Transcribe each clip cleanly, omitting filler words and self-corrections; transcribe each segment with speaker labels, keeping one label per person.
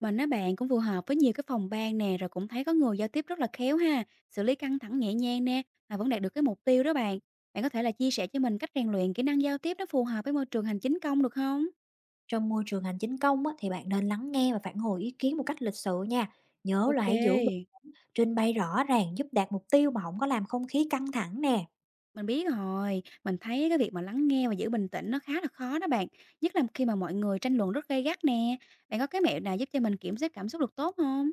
Speaker 1: Mình á bạn cũng phù hợp với nhiều cái phòng ban nè, rồi cũng thấy có người giao tiếp rất là khéo ha, xử lý căng thẳng nhẹ nhàng nè, mà vẫn đạt được cái mục tiêu đó bạn. Bạn có thể là chia sẻ cho mình cách rèn luyện kỹ năng giao tiếp nó phù hợp với môi trường hành chính công được không?
Speaker 2: Trong môi trường hành chính công á, thì bạn nên lắng nghe và phản hồi ý kiến một cách lịch sự nha. Nhớ là
Speaker 1: Ok.
Speaker 2: hãy giữ trình bày rõ ràng giúp đạt mục tiêu mà không có làm không khí căng thẳng nè.
Speaker 1: Mình biết rồi, mình thấy cái việc mà lắng nghe và giữ bình tĩnh nó khá là khó đó bạn, nhất là khi mà mọi người tranh luận rất gay gắt nè. Bạn có cái mẹo nào giúp cho mình kiểm soát cảm xúc được tốt không?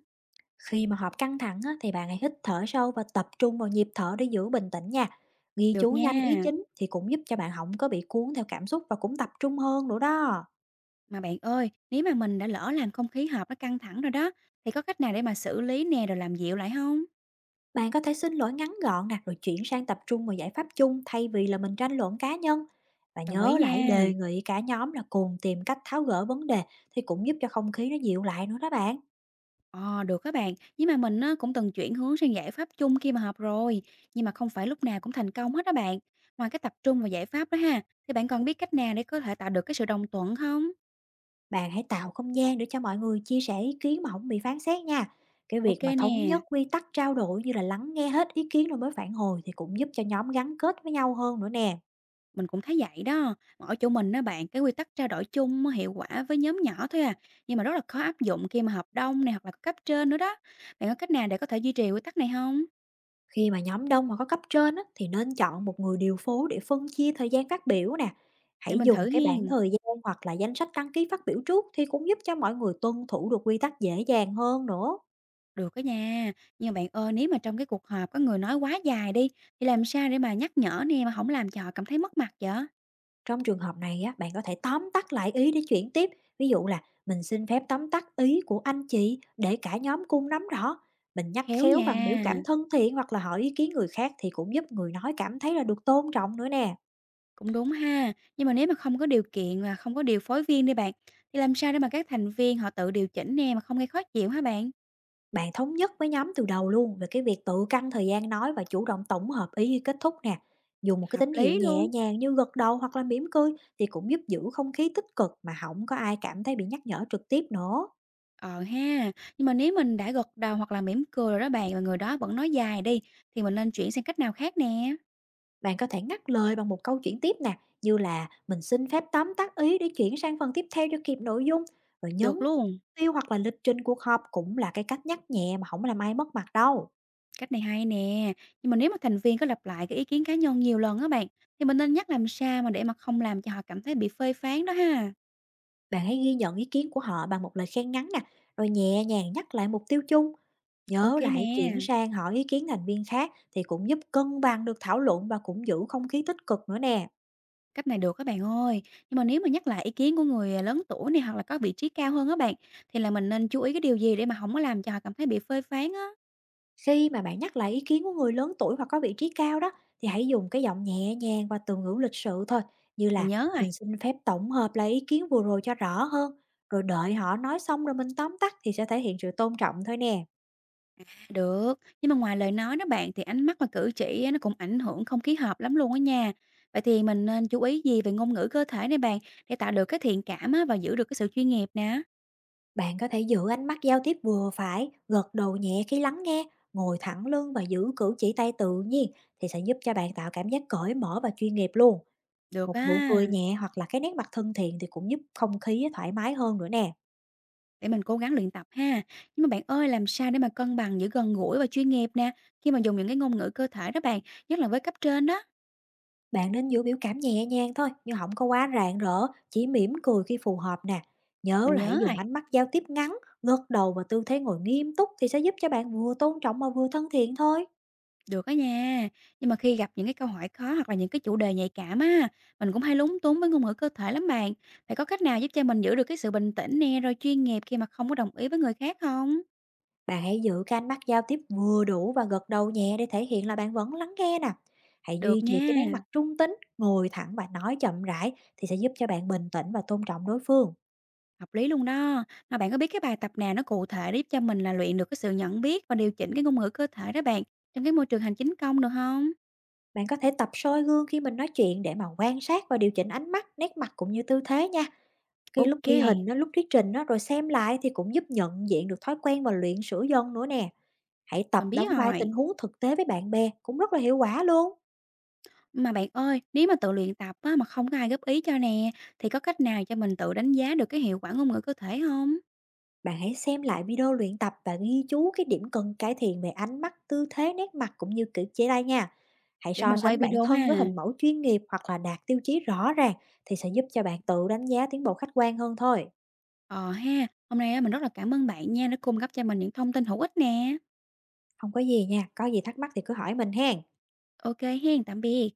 Speaker 2: Khi mà họp căng thẳng á, thì bạn hãy hít thở sâu và tập trung vào nhịp thở để giữ bình tĩnh nha. Ghi
Speaker 1: Được
Speaker 2: chú nhanh ý
Speaker 1: nha.
Speaker 2: chính thì cũng giúp cho bạn không có bị cuốn theo cảm xúc và cũng tập trung hơn nữa đó.
Speaker 1: Mà bạn ơi, nếu mà mình đã lỡ làm không khí họp nó căng thẳng rồi đó, thì có cách nào để mà xử lý nè rồi làm dịu lại không?
Speaker 2: Bạn có thể xin lỗi ngắn gọn nè, rồi chuyển sang tập trung vào giải pháp chung thay vì là mình tranh luận cá nhân. Và
Speaker 1: Đồng ý
Speaker 2: nhớ là hãy
Speaker 1: nha.
Speaker 2: đề nghị cả nhóm là cùng tìm cách tháo gỡ vấn đề thì cũng giúp cho không khí nó dịu lại nữa đó bạn.
Speaker 1: Ờ, được các bạn. Nhưng mà mình á, cũng từng chuyển hướng sang giải pháp chung khi mà họp rồi. Nhưng mà không phải lúc nào cũng thành công hết đó bạn. Ngoài cái tập trung và giải pháp đó ha, thì bạn còn biết cách nào để có thể tạo được cái sự đồng thuận không?
Speaker 2: Bạn hãy tạo không gian để cho mọi người chia sẻ ý kiến mà không bị phán xét nha. Cái việc
Speaker 1: Ok
Speaker 2: mà thống
Speaker 1: nè,
Speaker 2: nhất quy tắc trao đổi như là lắng nghe hết ý kiến rồi mới phản hồi thì cũng giúp cho nhóm gắn kết với nhau hơn nữa nè.
Speaker 1: mình cũng thấy vậy đó. Mà ở chỗ mình đó bạn, cái quy tắc trao đổi chung á, hiệu quả với nhóm nhỏ thôi à. Nhưng mà rất là khó áp dụng khi mà họp đông này hoặc là cấp trên nữa đó. Bạn có cách nào để có thể duy trì quy tắc này không?
Speaker 2: Khi mà nhóm đông mà có cấp trên á, thì nên chọn một người điều phối để phân chia thời gian phát biểu nè.
Speaker 1: Để
Speaker 2: Hãy
Speaker 1: mình
Speaker 2: dùng
Speaker 1: thử
Speaker 2: cái bảng
Speaker 1: hiền.
Speaker 2: thời gian hoặc là danh sách đăng ký phát biểu trước thì cũng giúp cho mọi người tuân thủ được quy tắc dễ dàng hơn nữa.
Speaker 1: Được đó nha. Nhưng mà bạn ơi, nếu mà trong cái cuộc họp có người nói quá dài đi, thì làm sao để mà nhắc nhở nè mà không làm cho họ cảm thấy mất mặt vậy?
Speaker 2: Trong trường hợp này á, bạn có thể tóm tắt lại ý để chuyển tiếp. Ví dụ là mình xin phép tóm tắt ý của anh chị để cả nhóm cùng nắm rõ. Mình nhắc
Speaker 1: Khéo
Speaker 2: khéo
Speaker 1: nha.
Speaker 2: bằng biểu cảm thân thiện hoặc là hỏi ý kiến người khác thì cũng giúp người nói cảm thấy là được tôn trọng nữa nè.
Speaker 1: Cũng đúng ha. Nhưng mà nếu mà không có điều kiện và không có điều phối viên đi bạn, thì làm sao để mà các thành viên họ tự điều chỉnh nè mà không gây khó chịu hả bạn?
Speaker 2: Bạn thống nhất với nhóm từ đầu luôn về cái việc tự căn thời gian nói và chủ động tổng hợp ý khi kết thúc nè. Dùng một cái
Speaker 1: Hợp
Speaker 2: tín hiệu
Speaker 1: lý
Speaker 2: nhẹ
Speaker 1: luôn.
Speaker 2: nhàng như gật đầu hoặc là mỉm cười thì cũng giúp giữ không khí tích cực mà không có ai cảm thấy bị nhắc nhở trực tiếp nữa.
Speaker 1: Ờ ha. Nhưng mà nếu mình đã gật đầu hoặc là mỉm cười rồi đó bạn, mà người đó vẫn nói dài đi, thì mình nên chuyển sang cách nào khác nè?
Speaker 2: Bạn có thể ngắt lời bằng một câu chuyện tiếp nè, như là mình xin phép tóm tắt ý để chuyển sang phần tiếp theo cho kịp nội dung, rồi nhấn
Speaker 1: Được luôn.
Speaker 2: tiêu hoặc là lịch trình cuộc họp cũng là cái cách nhắc nhẹ mà không làm ai mất mặt đâu.
Speaker 1: Cách này hay nè, nhưng mà nếu mà thành viên có lặp lại cái ý kiến cá nhân nhiều lần á bạn, thì mình nên nhắc làm sao mà để mà không làm cho họ cảm thấy bị phê phán đó ha.
Speaker 2: Bạn hãy ghi nhận ý kiến của họ bằng một lời khen ngắn nè, rồi nhẹ nhàng nhắc lại mục tiêu chung.
Speaker 1: Ok
Speaker 2: Nhớ là hãy
Speaker 1: nè,
Speaker 2: chuyển sang hỏi ý kiến thành viên khác thì cũng giúp cân bằng được thảo luận và cũng giữ không khí tích cực nữa nè.
Speaker 1: cách này được các bạn ơi. Nhưng mà nếu mà nhắc lại ý kiến của người lớn tuổi này hoặc là có vị trí cao hơn á bạn, thì là mình nên chú ý cái điều gì để mà không có làm cho họ cảm thấy bị phê phán á.
Speaker 2: Khi mà bạn nhắc lại ý kiến của người lớn tuổi hoặc có vị trí cao đó thì hãy dùng cái giọng nhẹ nhàng và từ ngữ lịch sự thôi, như
Speaker 1: Mình
Speaker 2: là
Speaker 1: nhớ rồi.
Speaker 2: mình xin phép tổng hợp lại ý kiến vừa rồi cho rõ hơn, rồi đợi họ nói xong rồi mình tóm tắt thì sẽ thể hiện sự tôn trọng thôi nè.
Speaker 1: Được, nhưng mà ngoài lời nói đó bạn thì ánh mắt và cử chỉ á, nó cũng ảnh hưởng không khí hợp lắm luôn á nha. Vậy thì mình nên chú ý gì về ngôn ngữ cơ thể này bạn để tạo được cái thiện cảm á, và giữ được cái sự chuyên nghiệp nè.
Speaker 2: Bạn có thể giữ ánh mắt giao tiếp vừa phải, gật đầu nhẹ khi lắng nghe, ngồi thẳng lưng và giữ cử chỉ tay tự nhiên thì sẽ giúp cho bạn tạo cảm giác cởi mở và chuyên nghiệp luôn.
Speaker 1: Được
Speaker 2: Một
Speaker 1: á,
Speaker 2: nụ cười nhẹ hoặc là cái nét mặt thân thiện thì cũng giúp không khí thoải mái hơn nữa nè.
Speaker 1: để mình cố gắng luyện tập ha. Nhưng mà bạn ơi, làm sao để mà cân bằng giữa gần gũi và chuyên nghiệp nè, khi mà dùng những cái ngôn ngữ cơ thể đó bạn, nhất là với cấp trên đó.
Speaker 2: Bạn nên giữ biểu cảm nhẹ nhàng thôi, nhưng không có quá rạng rỡ, chỉ mỉm cười khi phù hợp nè. Nhớ
Speaker 1: Mình
Speaker 2: là hãy
Speaker 1: nhớ rồi,
Speaker 2: dùng ánh mắt giao tiếp ngắn, gật đầu và tư thế ngồi nghiêm túc thì sẽ giúp cho bạn vừa tôn trọng mà vừa thân thiện thôi.
Speaker 1: được á nha. Nhưng mà khi gặp những cái câu hỏi khó hoặc là những cái chủ đề nhạy cảm á, mình cũng hay lúng túng với ngôn ngữ cơ thể lắm bạn. Phải có cách nào giúp cho mình giữ được cái sự bình tĩnh nè, rồi chuyên nghiệp khi mà không có đồng ý với người khác không?
Speaker 2: Bạn hãy giữ cái ánh mắt giao tiếp vừa đủ và gật đầu nhẹ để thể hiện là bạn vẫn lắng nghe nè. Hãy duy
Speaker 1: Được
Speaker 2: trì cái
Speaker 1: nha.
Speaker 2: nét mặt trung tính, ngồi thẳng và nói chậm rãi thì sẽ giúp cho bạn bình tĩnh và tôn trọng đối phương.
Speaker 1: Hợp lý luôn đó. Mà bạn có biết cái bài tập nào nó cụ thể để giúp cho mình là luyện được cái sự nhận biết và điều chỉnh cái ngôn ngữ cơ thể đó bạn, trong cái môi trường hành chính công được không?
Speaker 2: Bạn có thể tập soi gương khi mình nói chuyện để mà quan sát và điều chỉnh ánh mắt, nét mặt cũng như tư thế nha. Khi lúc ghi hình,
Speaker 1: OK,
Speaker 2: đó, lúc thuyết trình đó, rồi xem lại thì cũng giúp nhận diện được thói quen và luyện sửa dần nữa nè. Hãy tập
Speaker 1: mình biết
Speaker 2: đóng vai
Speaker 1: rồi.
Speaker 2: tình huống thực tế với bạn bè cũng rất là hiệu quả luôn.
Speaker 1: Mà bạn ơi, nếu mà tự luyện tập á, mà không có ai góp ý cho nè, thì có cách nào cho mình tự đánh giá được cái hiệu quả ngôn ngữ cơ thể không?
Speaker 2: Bạn hãy xem lại video luyện tập và ghi chú cái điểm cần cải thiện về ánh mắt, tư thế, nét mặt cũng như cử chỉ tay nha. Hãy
Speaker 1: Để
Speaker 2: so
Speaker 1: mình quay
Speaker 2: sánh bản
Speaker 1: video ha.
Speaker 2: thân với hình mẫu chuyên nghiệp hoặc là đạt tiêu chí rõ ràng thì sẽ giúp cho bạn tự đánh giá tiến bộ khách quan hơn thôi.
Speaker 1: Ờ ha, hôm nay á, mình rất là cảm ơn bạn nha, đã cung cấp cho mình những thông tin hữu ích nè.
Speaker 2: Không có gì nha, có gì thắc mắc thì cứ hỏi mình hen.
Speaker 1: OK hen, tạm biệt.